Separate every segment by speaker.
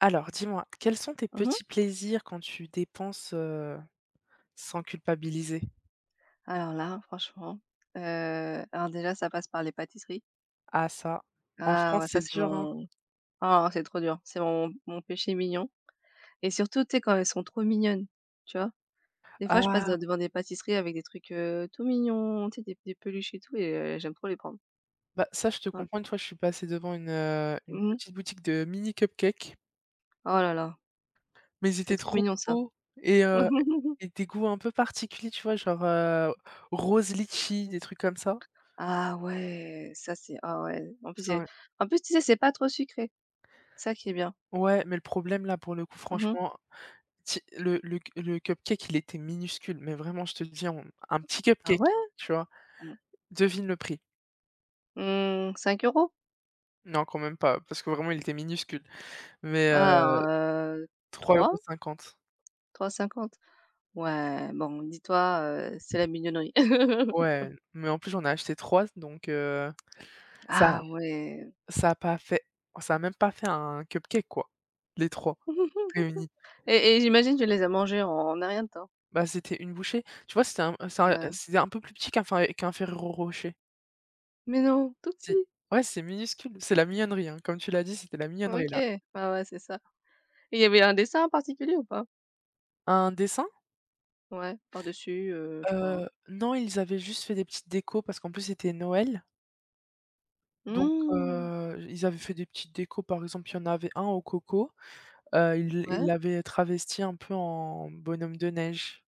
Speaker 1: Alors, dis-moi, quels sont tes
Speaker 2: Mmh.
Speaker 1: petits plaisirs quand tu dépenses, sans culpabiliser?
Speaker 2: Alors là, franchement, heu, alors déjà ça passe par les pâtisseries.
Speaker 1: Ah ça, en
Speaker 2: Ah
Speaker 1: France,
Speaker 2: ouais, ça
Speaker 1: c'est
Speaker 2: c'est
Speaker 1: dur, hein.
Speaker 2: mon ah c'est trop dur, c'est mon péché mignon et surtout, tu sais, quand elles sont trop mignonnes, tu vois? Des fois, je passe de
Speaker 1: Ah,
Speaker 2: devant des pâtisseries avec des trucs, tout mignons, tu sais, des peluches et tout et j'aime trop les prendre.
Speaker 1: bah, ça, je te
Speaker 2: Ouais.
Speaker 1: comprends. Une fois, je suis passée devant une
Speaker 2: Mmh.
Speaker 1: petite boutique de mini cupcakes,
Speaker 2: Oh là là,
Speaker 1: mais ils
Speaker 2: c'est
Speaker 1: étaient
Speaker 2: trop
Speaker 1: trop
Speaker 2: mignon ça.
Speaker 1: beaux et heu et des goûts un peu particuliers, tu vois? Genre, rose litchi, des trucs comme ça.
Speaker 2: Ah ouais, ça c'est ah ouais,
Speaker 1: Enfin,
Speaker 2: en plus, tu sais, c'est pas trop sucré, ça qui est bien.
Speaker 1: ouais, mais le problème, là, pour le coup,
Speaker 2: Mmh.
Speaker 1: franchement, ti le cupcake, il était minuscule, mais vraiment, je te dis, on un petit
Speaker 2: Ah ouais?
Speaker 1: cupcake, tu vois?
Speaker 2: 5 euros.
Speaker 1: Devine le prix. Non, quand même pas, parce que vraiment il était minuscule, mais
Speaker 2: Ah, euh,
Speaker 1: trois euros
Speaker 2: trois
Speaker 1: cinquante
Speaker 2: trois cinquante. Ouais, bon, dis-toi, c'est la mignonnerie.
Speaker 1: Ouais, mais en plus j'en ai acheté 3 donc ça
Speaker 2: Ah ouais.
Speaker 1: ça a pas fait ça a même pas fait un cupcake quoi, les 3 réunis.
Speaker 2: Et j'imagine que tu les as mangés en un rien de temps?
Speaker 1: Bah, c'était une bouchée. Tu vois, c'était un c'est un
Speaker 2: Ouais.
Speaker 1: c'était un peu plus petit qu'un Ferrero Rocher.
Speaker 2: Mais non, tout
Speaker 1: C'est
Speaker 2: petit?
Speaker 1: ouais, c'est minuscule, c'est la mignonnerie, hein, comme tu l'as dit, c'était la mignonnerie là.
Speaker 2: OK. Ah ouais, c'est ça. Et il y avait un dessin en particulier ou pas?
Speaker 1: Un dessin?
Speaker 2: Ouais, par-dessus, je sais pas.
Speaker 1: Non, ils avaient juste fait des petites décos parce qu'en plus c'était Noël, donc
Speaker 2: Mmh.
Speaker 1: ils avaient fait des petites décos, par exemple, il y en avait un au coco. Il
Speaker 2: Ouais.
Speaker 1: l'avait travesti un peu en bonhomme de neige.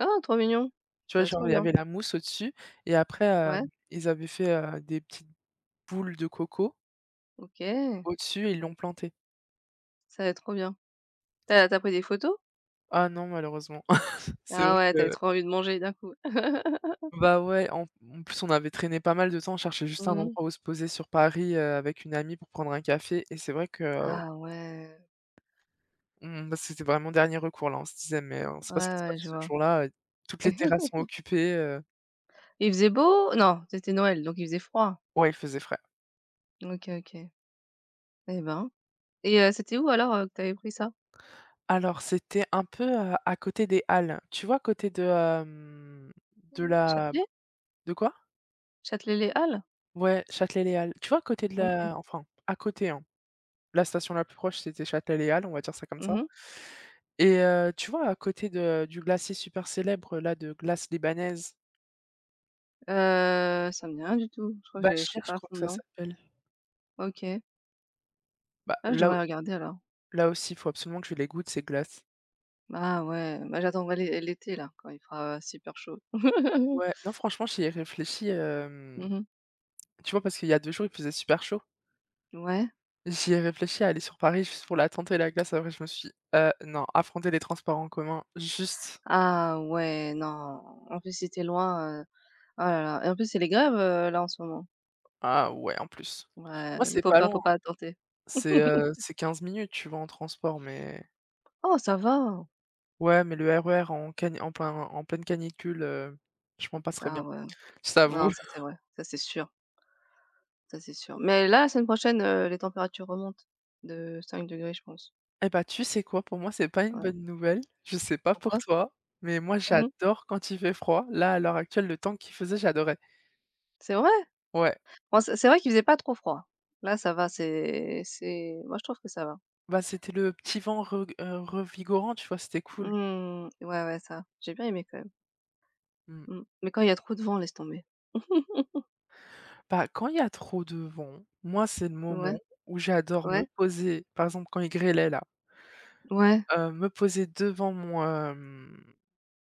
Speaker 2: Ah, trop mignon.
Speaker 1: Tu
Speaker 2: Ça
Speaker 1: vois,
Speaker 2: va être trop
Speaker 1: genre, il y
Speaker 2: bien.
Speaker 1: avait la mousse au-dessus et après,
Speaker 2: Ouais,
Speaker 1: ils avaient fait, des petites boules de coco
Speaker 2: OK.
Speaker 1: au-dessus et ils l'ont planté.
Speaker 2: Ça va être trop bien. T'as as pris des photos?
Speaker 1: Ah non, malheureusement. C'est
Speaker 2: Ah
Speaker 1: vrai
Speaker 2: ouais, t'avais
Speaker 1: que
Speaker 2: trop envie de manger d'un coup.
Speaker 1: bah, ouais, en plus, on avait traîné pas mal de temps, on cherchait juste un
Speaker 2: Mmh.
Speaker 1: endroit où se poser sur Paris, avec une amie pour prendre un café et c'est vrai qu'on
Speaker 2: Ah ouais.
Speaker 1: bah, c'était vraiment dernier recours là, on se disait: «Mais on sait
Speaker 2: Ouais,
Speaker 1: pas ce qui se
Speaker 2: ouais,
Speaker 1: passe
Speaker 2: je
Speaker 1: ce
Speaker 2: vois.
Speaker 1: jour-là, toutes les terrasses sont occupées»,
Speaker 2: Il faisait beau? Non, c'était Noël, donc il faisait froid.
Speaker 1: ouais, il faisait frais.
Speaker 2: OK, OK. Eh ben, c'était où alors, que t'avais pris ça?
Speaker 1: Alors, c'était un peu, à côté des halles. Tu vois, à côté de, de
Speaker 2: Mmh. À
Speaker 1: la
Speaker 2: Châtelet?
Speaker 1: de quoi?
Speaker 2: Châtelet-Les Halles?
Speaker 1: Ouais, Châtelet-Les-Halles. Tu vois, à côté de
Speaker 2: OK.
Speaker 1: la enfin, à côté, hein. La station la plus proche, c'était Châtelet-Les-Halles, on va dire ça comme ça
Speaker 2: Mhm. Mh.
Speaker 1: et tu vois, à côté de du glacier super célèbre, là, de glace libanaise,
Speaker 2: Ça me dit rien du tout. Je crois que j'ai je suis
Speaker 1: Bachir, je
Speaker 2: pas à
Speaker 1: crois
Speaker 2: fond
Speaker 1: que ça
Speaker 2: dedans.
Speaker 1: s'appelle.
Speaker 2: OK.
Speaker 1: Bah,
Speaker 2: Ah, je
Speaker 1: là
Speaker 2: devrais regarder alors.
Speaker 1: là aussi, il faut absolument que je les goûte, ces glaces.
Speaker 2: Ah ouais, bah, j'attendrai l'été là, quand il fera super chaud.
Speaker 1: Ouais, non, franchement, j'y ai réfléchi,
Speaker 2: Mmh.
Speaker 1: tu vois, parce qu'il y a 2 jours, il faisait super chaud.
Speaker 2: Ouais.
Speaker 1: J'y ai réfléchi à aller sur Paris juste pour la tenter la glace, après je me suis dit: «Non, affronter les transports en commun juste,
Speaker 2: Ah ouais, non. En plus, si tu loin, oh là là, et en plus, c'est les grèves, là, en ce moment.
Speaker 1: ah ouais, en plus».
Speaker 2: Ouais,
Speaker 1: Moi, c'est
Speaker 2: faut
Speaker 1: pas
Speaker 2: pas faut
Speaker 1: loin, hein,
Speaker 2: pas tenter.
Speaker 1: c'est, heu, c'est 15 minutes, tu vois, en transport, mais
Speaker 2: Oh, ça va.
Speaker 1: ouais, mais le RER en pleine canicule, je m'en passerais
Speaker 2: Ah
Speaker 1: bien,
Speaker 2: ouais.
Speaker 1: je t'avoue.
Speaker 2: Non, ça c'est vrai, ça c'est sûr, ça c'est sûr. Mais là, la semaine prochaine, les températures remontent de 5 degrés, je pense.
Speaker 1: Eh bah, tu sais quoi? Pour moi, c'est pas une
Speaker 2: Ouais.
Speaker 1: bonne nouvelle, je sais pas pour
Speaker 2: Pourquoi?
Speaker 1: toi, mais moi,
Speaker 2: Mmh.
Speaker 1: j'adore quand il fait froid. Là, à l'heure actuelle, le temps qu'il faisait, j'adorais.
Speaker 2: C'est vrai?
Speaker 1: Ouais,
Speaker 2: Bon, c'est vrai qu'il faisait pas trop froid. Là, ça va, c'est moi, je trouve que ça va.
Speaker 1: bah, c'était le petit vent re revigorant, tu vois? C'était cool.
Speaker 2: Mmh, ouais, ouais, ça. J'ai bien aimé quand même.
Speaker 1: Mmh.
Speaker 2: Mmh. Mais quand il y a trop de vent, laisse tomber.
Speaker 1: Bah, quand il y a trop de vent, moi, c'est le
Speaker 2: Ouais,
Speaker 1: moment où j'adore me
Speaker 2: ouais,
Speaker 1: poser, par exemple, quand il grêlait là,
Speaker 2: ouais.
Speaker 1: me poser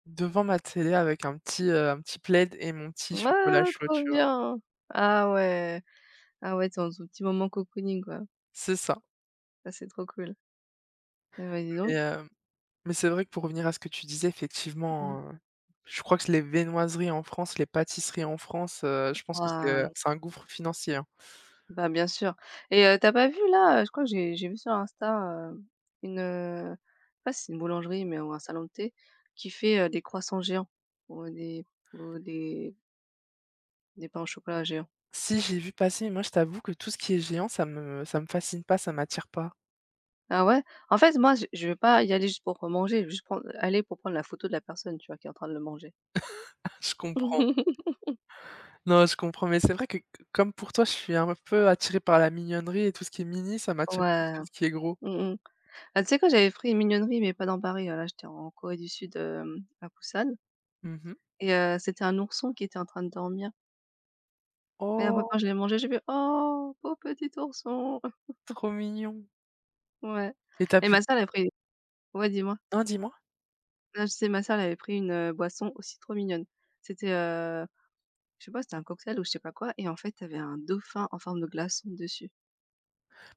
Speaker 1: devant ma télé avec un petit plaid et mon petit chocolat
Speaker 2: Ah,
Speaker 1: chaud,
Speaker 2: trop
Speaker 1: tu vois?
Speaker 2: bien! Ah ouais, ah ouais, c'est un petit moment cocooning, quoi.
Speaker 1: C'est ça.
Speaker 2: Ça, c'est trop cool. Eh bah, dis
Speaker 1: Mais,
Speaker 2: donc.
Speaker 1: heu, mais c'est vrai que pour revenir à ce que tu disais,
Speaker 2: Mmh.
Speaker 1: effectivement, je crois que les viennoiseries en France, les pâtisseries en France, je pense que c'est,
Speaker 2: Waouh!
Speaker 1: c'est un gouffre financier, hein.
Speaker 2: Bah, bien sûr, et tu pas vu là, je crois que j'ai vu sur Insta, une, je sais pas si c'est une boulangerie, mais ou un salon de thé qui fait, des croissants géants ou des ou des pains au chocolat géants.
Speaker 1: Si, j'ai vu passer, moi, je t'avoue que tout ce qui est géant, ça me fascine pas, ça m'attire pas.
Speaker 2: Ah ouais? En fait, moi, je vais pas y aller juste pour manger, je vais juste prendre aller pour prendre la photo de la personne, tu vois, qui est en train de le manger.
Speaker 1: Je comprends. Non, je comprends, mais c'est vrai que c comme pour toi, je suis un peu attirée par la mignonnerie et tout ce qui est mini, ça m'attire plus
Speaker 2: Ouais,
Speaker 1: que ce qui est gros.
Speaker 2: mmh mh. Ah, tu sais quoi, j'avais pris une mignonnerie mais pas dans Paris, là, j'étais en Corée du Sud, à Busan,
Speaker 1: Mmh.
Speaker 2: et c'était un ourson qui était en train de dormir. Et après quand
Speaker 1: Oh,
Speaker 2: je l'ai mangé, j'ai fait: «Oh, pauvre petit ourson!»
Speaker 1: trop mignon
Speaker 2: Ouais,
Speaker 1: et t'as
Speaker 2: et
Speaker 1: pu
Speaker 2: ma sœur elle a pris. Ouais, dis-moi?
Speaker 1: hein, dis-moi?
Speaker 2: Non, je sais, ma sœur elle avait pris une, boisson aussi trop mignonne. C'était, je sais pas, c'était un cocktail ou je sais pas quoi, et en fait, tu avais un dauphin en forme de glaçon dessus.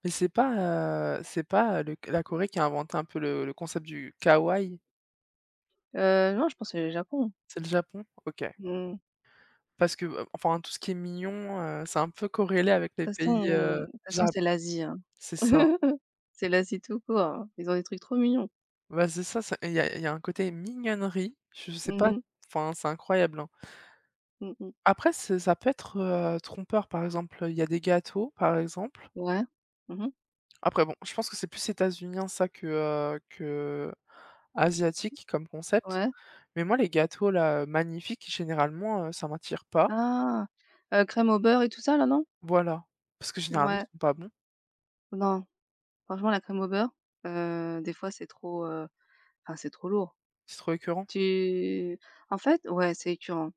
Speaker 1: Mais c'est pas, le la Corée qui a inventé un peu le concept du kawaii?
Speaker 2: Non, je pense c'est le Japon.
Speaker 1: C'est le Japon? OK.
Speaker 2: Mmh.
Speaker 1: Parce que, enfin, tout ce qui est mignon, c'est un peu corrélé avec les
Speaker 2: De toute façon
Speaker 1: pays,
Speaker 2: de toute façon
Speaker 1: Jap
Speaker 2: c'est l'Asie, hein.
Speaker 1: C'est ça.
Speaker 2: C'est l'Asie tout court, hein. Ils ont des trucs trop mignons.
Speaker 1: Bah, c'est ça, ça il y a un côté mignonnerie, je sais pas,
Speaker 2: Mmh mh.
Speaker 1: enfin, c'est incroyable, hein.
Speaker 2: Mmh mh.
Speaker 1: Après c'est ça peut être, trompeur, par exemple, il y a des gâteaux, par exemple.
Speaker 2: Ouais. Mmh mh.
Speaker 1: Après bon, je pense que c'est plus états-unien ça que asiatique comme concept.
Speaker 2: Ouais.
Speaker 1: Mais moi les gâteaux là, magnifiques, généralement, ça m'attire pas.
Speaker 2: Ah! Crème au beurre et tout ça là, non?
Speaker 1: Voilà. Parce que généralement ils
Speaker 2: Ouais.
Speaker 1: sont pas bons,
Speaker 2: Non. Franchement, la crème au beurre, des fois, c'est trop, enfin, c'est trop lourd.
Speaker 1: c'est trop écœurant.
Speaker 2: Tu en fait, ouais, c'est écœurant.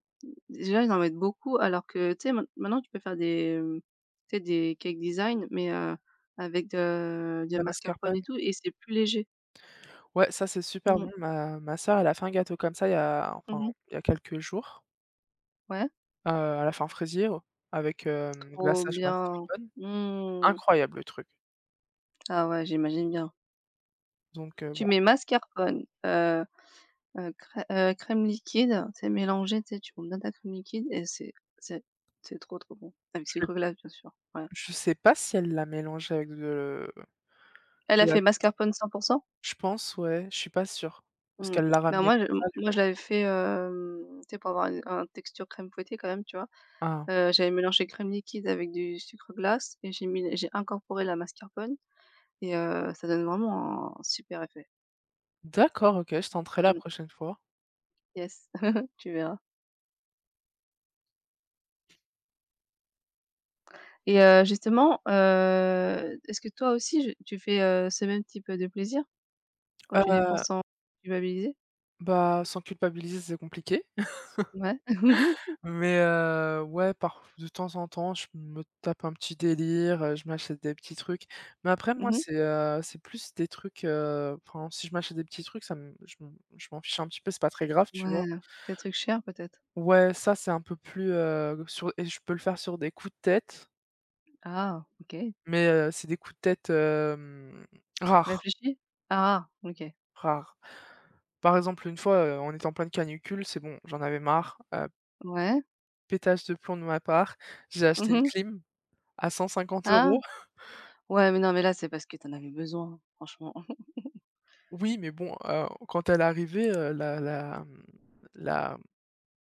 Speaker 2: Déjà, ils en mettent beaucoup alors que, tu sais, maintenant, tu peux faire des, tu sais, des cake design, mais avec de
Speaker 1: La
Speaker 2: mascarpone et
Speaker 1: mascarpone.
Speaker 2: tout, et c'est plus léger.
Speaker 1: Ouais, ça c'est super
Speaker 2: Mmh mh.
Speaker 1: bon. Ma sœur, elle a fait un gâteau comme ça il y a enfin,
Speaker 2: Mmh.
Speaker 1: il y a quelques jours.
Speaker 2: Ouais,
Speaker 1: Elle a fait un fraisier, avec,
Speaker 2: trop
Speaker 1: glaçage
Speaker 2: bien.
Speaker 1: mascarpone.
Speaker 2: Mmh.
Speaker 1: Incroyable le truc.
Speaker 2: Ah ouais, j'imagine bien.
Speaker 1: Donc,
Speaker 2: Tu
Speaker 1: bon
Speaker 2: mets mascarpone, euh, crème liquide, c'est mélangé, tu sais, tu montes bien ta crème liquide, et c'est c'est trop, trop bon. Avec
Speaker 1: je
Speaker 2: sucre glace, bien sûr, ouais.
Speaker 1: Je sais pas si elle l'a mélangé avec de
Speaker 2: Elle
Speaker 1: de
Speaker 2: a
Speaker 1: la
Speaker 2: fait mascarpone 100.
Speaker 1: je pense, ouais, je suis pas sûre, parce
Speaker 2: Mmh.
Speaker 1: qu'elle l'a
Speaker 2: Bah,
Speaker 1: ramené comme ça, du
Speaker 2: moi,
Speaker 1: coup.
Speaker 2: je l'avais fait, tu sais, pour avoir une un texture crème fouettée quand même, tu vois?
Speaker 1: Ah,
Speaker 2: J'avais mélangé crème liquide avec du sucre glace, et j'ai incorporé la mascarpone, et ça donne vraiment un super effet.
Speaker 1: d'accord, OK, je tenterai la
Speaker 2: Mmh.
Speaker 1: prochaine fois.
Speaker 2: Yes, tu verras, et justement, est-ce que toi aussi je tu fais, ce même type, de plaisir? Quand tu
Speaker 1: Heu,
Speaker 2: dépenses sans culpabiliser?
Speaker 1: bah, sans culpabiliser, c'est compliqué,
Speaker 2: Ouais.
Speaker 1: mais ouais, par de temps en temps, je me tape un petit délire, je m'achète des petits trucs, mais après moi,
Speaker 2: Mmh.
Speaker 1: c'est plus des trucs, enfin, si je m'achète des petits trucs, ça me je m je m'en fiche un petit peu, c'est pas très grave, tu
Speaker 2: Ouais,
Speaker 1: vois?
Speaker 2: ces trucs chers peut-être?
Speaker 1: Ouais, ça, c'est un peu plus, sur et je peux le faire sur des coups de tête.
Speaker 2: Ah, OK.
Speaker 1: Mais, c'est des coups de tête, rares,
Speaker 2: Réfléchis? Ah, OK.
Speaker 1: rares. Par exemple, une fois, on était en pleine canicule, c'est bon, j'en avais marre,
Speaker 2: Ouais.
Speaker 1: pétage de plomb de ma part, j'ai acheté une
Speaker 2: Mmh.
Speaker 1: clim à 150
Speaker 2: Ah!
Speaker 1: euros.
Speaker 2: Ouais, mais non, mais là, c'est parce que t'en avais besoin, franchement.
Speaker 1: Oui, mais bon, quand elle est arrivée, la la, mmh, la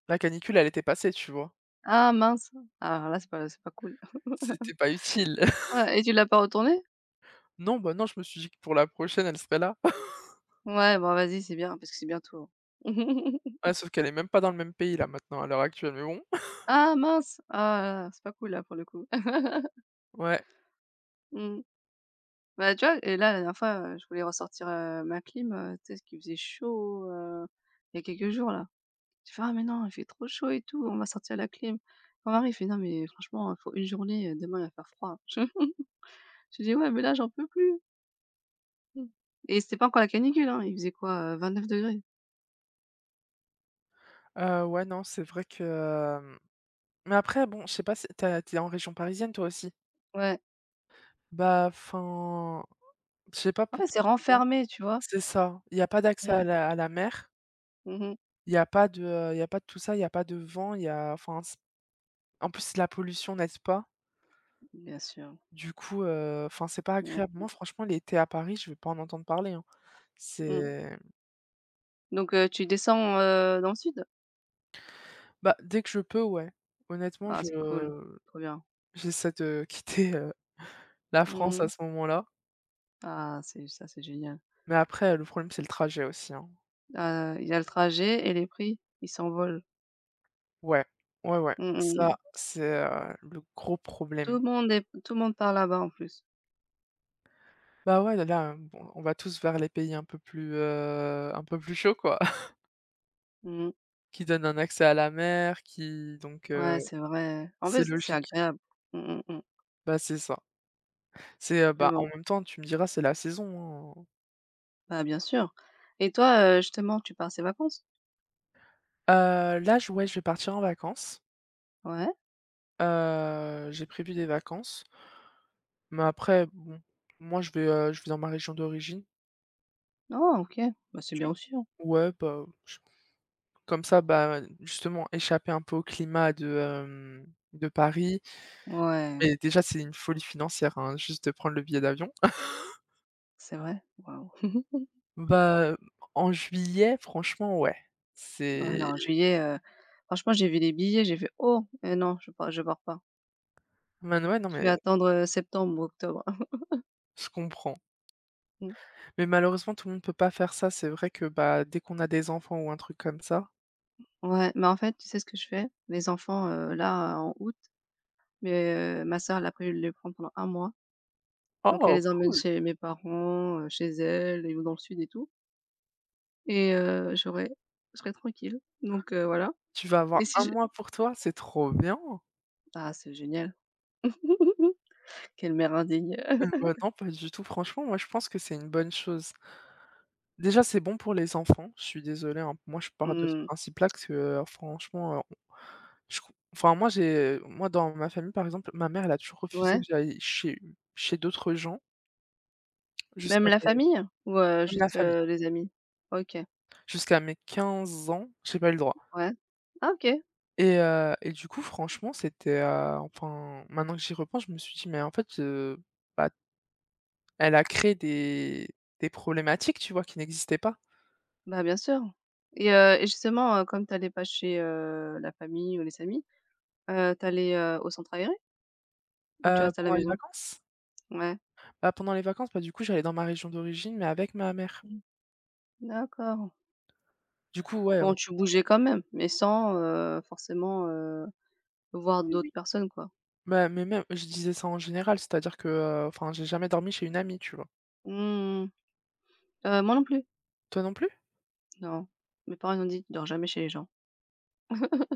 Speaker 1: la canicule, elle était passée, tu vois?
Speaker 2: Ah, mince! Ah là, c'est pas cool.
Speaker 1: C'était pas utile.
Speaker 2: Ouais, et tu l'as pas retourné?
Speaker 1: Non, bah, non, je me suis dit que pour la prochaine, elle serait là.
Speaker 2: Ouais, bon vas-y, c'est bien parce que c'est bientôt.
Speaker 1: Ouais, sauf qu'elle est même pas dans le même pays, là, maintenant, à l'heure actuelle, mais bon.
Speaker 2: Ah, mince! Ah, c'est pas cool là pour le coup.
Speaker 1: Ouais,
Speaker 2: Mmh. Bah, tu vois? Et là, la dernière fois, je voulais ressortir, ma clim, tu sais, parce qu'il faisait chaud, il y a quelques jours là. Je fais: «Ah mais non, il fait trop chaud et tout, on va sortir la clim». Mon mari, il fait: «Non mais franchement, il faut une journée, demain il va faire froid». Je dis: «Ouais, mais là j'en peux plus». Mmh. Et c'était pas encore la canicule, hein, il faisait quoi, 29 degrés.
Speaker 1: ouais, non, c'est vrai que, mais après, bon, je sais pas, c'est tu as en région parisienne toi aussi?
Speaker 2: Ouais.
Speaker 1: Bah, enfin, je sais pas
Speaker 2: En fait,
Speaker 1: pour
Speaker 2: c'est
Speaker 1: toi.
Speaker 2: renfermé, tu vois?
Speaker 1: C'est ça. Il y a pas d'accès
Speaker 2: Mmh.
Speaker 1: à la mer,
Speaker 2: Mmh.
Speaker 1: il y a pas de tout ça, il y a pas de vent, il y a enfin, c en plus la pollution, nest pas?
Speaker 2: Bien sûr.
Speaker 1: Du coup, enfin, c'est pas
Speaker 2: Mmh.
Speaker 1: agréable. Moi, franchement, l'été à Paris, je veux pas en entendre parler, hein.
Speaker 2: Mmh.
Speaker 1: C'est
Speaker 2: Donc tu descends, dans le sud?
Speaker 1: Bah, dès que je peux, ouais. Honnêtement,
Speaker 2: Ah,
Speaker 1: je
Speaker 2: c'est cool, trop bien.
Speaker 1: j'essaie de quitter, la
Speaker 2: Mmh
Speaker 1: France à ce
Speaker 2: mh.
Speaker 1: moment-là.
Speaker 2: Ah, c'est ça, c'est génial.
Speaker 1: Mais après, le problème, c'est le trajet aussi, hein.
Speaker 2: Il y a le trajet et les prix, ils s'envolent.
Speaker 1: Ouais, ouais, ouais,
Speaker 2: Mmh mh, mmh.
Speaker 1: ça, c'est, le gros
Speaker 2: Tout le
Speaker 1: problème.
Speaker 2: monde est tout le monde part là-bas en plus.
Speaker 1: Bah, ouais, là, bon, on va tous vers les pays un peu plus chauds, quoi,
Speaker 2: Mmh.
Speaker 1: qui donnent un accès à la mer, qui donc
Speaker 2: Ouais, c'est vrai. En
Speaker 1: c'est
Speaker 2: plus, c'est
Speaker 1: logique.
Speaker 2: agréable. Mmh, mmh, mmh.
Speaker 1: Bah, c'est ça. C'est, heu,
Speaker 2: Mais
Speaker 1: bah,
Speaker 2: bon,
Speaker 1: en même temps, tu me diras, c'est la saison, hein.
Speaker 2: bah, bien sûr. Et toi, justement, tu pars ces vacances?
Speaker 1: Là, je ouais, je vais partir en vacances.
Speaker 2: Ouais?
Speaker 1: J'ai prévu des vacances, mais après, bon, moi, je vais dans ma région d'origine.
Speaker 2: Non, OK. Bah, c'est bien
Speaker 1: Tu
Speaker 2: aussi, hein.
Speaker 1: Ouais, bah, comme ça, bah, justement, échapper un peu au climat de Paris.
Speaker 2: Ouais,
Speaker 1: Mais déjà, c'est une folie financière, hein, juste de prendre le billet d'avion.
Speaker 2: c'est vrai? Waouh.
Speaker 1: Bah, en juillet, franchement, ouais.
Speaker 2: Ouais, non,
Speaker 1: C'est
Speaker 2: en juillet, franchement, j'ai vu les billets, j'ai fait: «Oh! Eh non, je pars pas.
Speaker 1: man Ouais, non,
Speaker 2: Je vais
Speaker 1: mais
Speaker 2: attendre, septembre ou octobre».
Speaker 1: je comprends.
Speaker 2: Mmh.
Speaker 1: Mais malheureusement, tout le monde peut pas faire ça. C'est vrai que, bah, dès qu'on a des enfants ou un truc comme ça:
Speaker 2: Ouais, mais en fait, tu sais ce que je fais? Les enfants, là, en août, mais ma sœur, elle a prévu de les prendre pendant un mois. Donc elle
Speaker 1: «Oh,
Speaker 2: les emmène
Speaker 1: cool!
Speaker 2: chez mes parents, chez elle, ils vont dans le sud et tout. Et j'aurais je serais tranquille, donc voilà.
Speaker 1: Tu vas
Speaker 2: et
Speaker 1: avoir
Speaker 2: si
Speaker 1: un
Speaker 2: je
Speaker 1: mois pour toi, c'est trop bien!»
Speaker 2: ah, c'est génial. Quelle mère indigne.
Speaker 1: Heu, bah, non, pas du tout. Franchement, moi, je pense que c'est une bonne chose. Déjà, c'est bon pour les enfants, je suis désolée, hein. Moi, je pars de ce
Speaker 2: Mmh.
Speaker 1: principe-là que, franchement, on je co enfin, moi, j'ai moi, dans ma famille, par exemple, ma mère, elle a toujours refusé que
Speaker 2: Ouais,
Speaker 1: j'aille chez d'autres gens
Speaker 2: même
Speaker 1: jusqu'à
Speaker 2: la
Speaker 1: mes.
Speaker 2: famille? Ou
Speaker 1: Même la
Speaker 2: juste,
Speaker 1: famille.
Speaker 2: les amis? OK,
Speaker 1: Jusqu'à mes 15 ans, j'ai pas eu le droit
Speaker 2: ouais. Ah, OK,
Speaker 1: et du coup, franchement, c'était, enfin, maintenant que j'y repense, je me suis dit: «Mais en fait, bah, elle a créé des problématiques, tu vois, qui n'existaient pas».
Speaker 2: bah, bien sûr, et justement, comme tu allais pas chez, la famille ou les amis, tu allais, au centre aéré? Ou tu
Speaker 1: Heu,
Speaker 2: restais à la
Speaker 1: pendant les
Speaker 2: maison?
Speaker 1: vacances?
Speaker 2: Ouais.
Speaker 1: Bah, pendant les vacances, bah, du coup, j'allais dans ma région d'origine, mais avec ma mère.
Speaker 2: Mmh, d'accord.
Speaker 1: Du coup, ouais,
Speaker 2: Bon,
Speaker 1: on
Speaker 2: tu bougeais quand même, mais sans, forcément, voir
Speaker 1: oui,
Speaker 2: d'autres
Speaker 1: oui.
Speaker 2: personnes, quoi?
Speaker 1: Bah, mais même je disais ça en général, c'est-à-dire que, enfin, j'ai jamais dormi chez une amie, tu vois?
Speaker 2: Mmh mh. Moi non plus.
Speaker 1: Toi non plus?
Speaker 2: Non, mes parents ils ont dit: «Tu dors jamais chez les gens».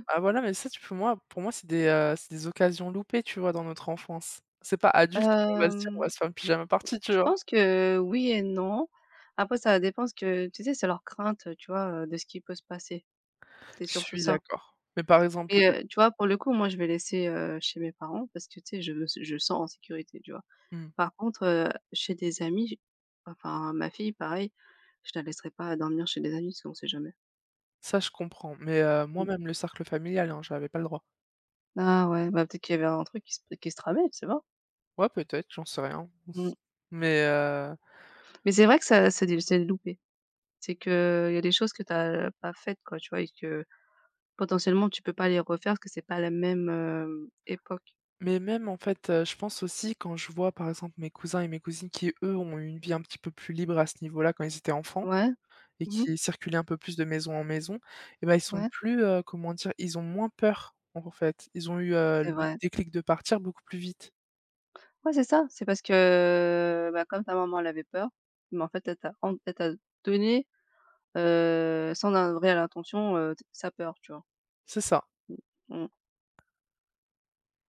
Speaker 1: Ah voilà, mais ça, tu peux moi, pour moi, c'est des occasions loupées, tu vois, dans notre enfance. C'est pas adulte où on va se dire: «On va
Speaker 2: Hem,
Speaker 1: se faire une pyjama party», tu
Speaker 2: je
Speaker 1: vois?
Speaker 2: pense que oui et non. Après ça dépend ce que tu sais, c'est leur crainte, tu vois, de ce qui peut se passer. C'est
Speaker 1: Je
Speaker 2: surtout
Speaker 1: suis
Speaker 2: ça.
Speaker 1: d'accord. Mais par exemple
Speaker 2: Mais,
Speaker 1: le
Speaker 2: tu vois, pour le coup, moi, je vais laisser, chez mes parents parce que, tu sais, je me s je sens en sécurité, tu vois?
Speaker 1: mmh,
Speaker 2: Par contre, chez des amis, j enfin ma fille pareil, je la laisserai pas dormir chez des amis parce qu'on sait jamais.
Speaker 1: Ça je comprends, mais moi
Speaker 2: Mmh.
Speaker 1: même le cercle familial, hein, j'avais pas le droit.
Speaker 2: Ah ouais, bah, peut-être qu'il y avait un truc qui se tramait, tu sais pas?
Speaker 1: Ouais, peut-être, j'en sais rien.
Speaker 2: Mmh.
Speaker 1: Mais heu,
Speaker 2: Mais c'est vrai que ça c'est loupé. C'est que il y a des choses que tu as pas faites quoi, tu vois? Et que potentiellement tu peux pas les refaire parce que c'est pas la même, époque.
Speaker 1: mais même en fait, je pense aussi quand je vois, par exemple, mes cousins et mes cousines qui, eux, ont eu une vie un petit peu plus libre à ce niveau-là quand ils étaient enfants
Speaker 2: Ouais,
Speaker 1: et
Speaker 2: mmh,
Speaker 1: qui circulaient un peu plus de maison en maison, et ben ils sont
Speaker 2: ouais,
Speaker 1: plus, comment dire? Ils ont moins peur, en fait. Ils ont eu,
Speaker 2: c'est
Speaker 1: le
Speaker 2: vrai.
Speaker 1: déclic de partir beaucoup plus vite.
Speaker 2: Ouais, c'est ça, c'est parce que, bah, comme ta maman elle avait peur, mais en fait elle t'a donné, sans un réelle intention, t sa peur, tu vois?
Speaker 1: C'est ça.
Speaker 2: Mmh.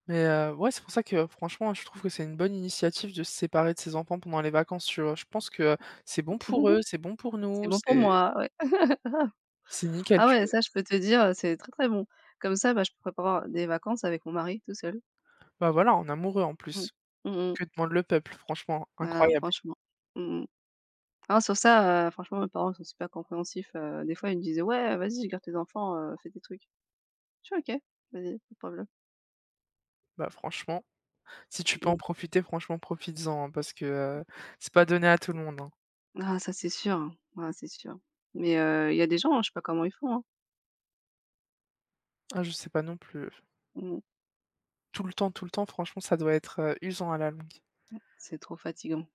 Speaker 1: Mais, ouais, c'est pour ça que franchement, je trouve que c'est une bonne initiative de se séparer de ses enfants pendant les vacances, tu vois? Je pense que c'est bon pour eux, c'est bon pour
Speaker 2: C'est
Speaker 1: nous,
Speaker 2: bon pour
Speaker 1: c'est
Speaker 2: moi, ouais.
Speaker 1: c'est nickel,
Speaker 2: Ah
Speaker 1: tu
Speaker 2: ouais,
Speaker 1: vois?
Speaker 2: ça je peux te dire, c'est très, très bon. Comme ça, bah, je pourrais prévoir des vacances avec mon mari tout seul.
Speaker 1: Bah, voilà, en amoureux en
Speaker 2: Mmh.
Speaker 1: plus.
Speaker 2: Mmh mh.
Speaker 1: Que demande le peuple? Franchement,
Speaker 2: Ah
Speaker 1: incroyable.
Speaker 2: franchement. Mmh mh. Non, sur ça, franchement, mes parents, ils sont super compréhensifs, des fois, ils me disaient: «Ouais, vas-y, garde tes enfants, fais tes trucs». Je suis «OK, vas-y, pas de problème».
Speaker 1: Bah, franchement, si tu peux
Speaker 2: Mmh.
Speaker 1: en profiter, franchement, profites-en, hein, parce que, c'est pas donné à tout le monde, hein.
Speaker 2: Ah ça, c'est sûr, hein. Ah, c'est sûr. Mais il y a des gens, hein, je sais pas comment ils font, hein.
Speaker 1: Ah, je sais pas non plus,
Speaker 2: Mmh.
Speaker 1: tout le temps, tout le temps, franchement, ça doit être, usant à la longue.
Speaker 2: C'est trop fatigant.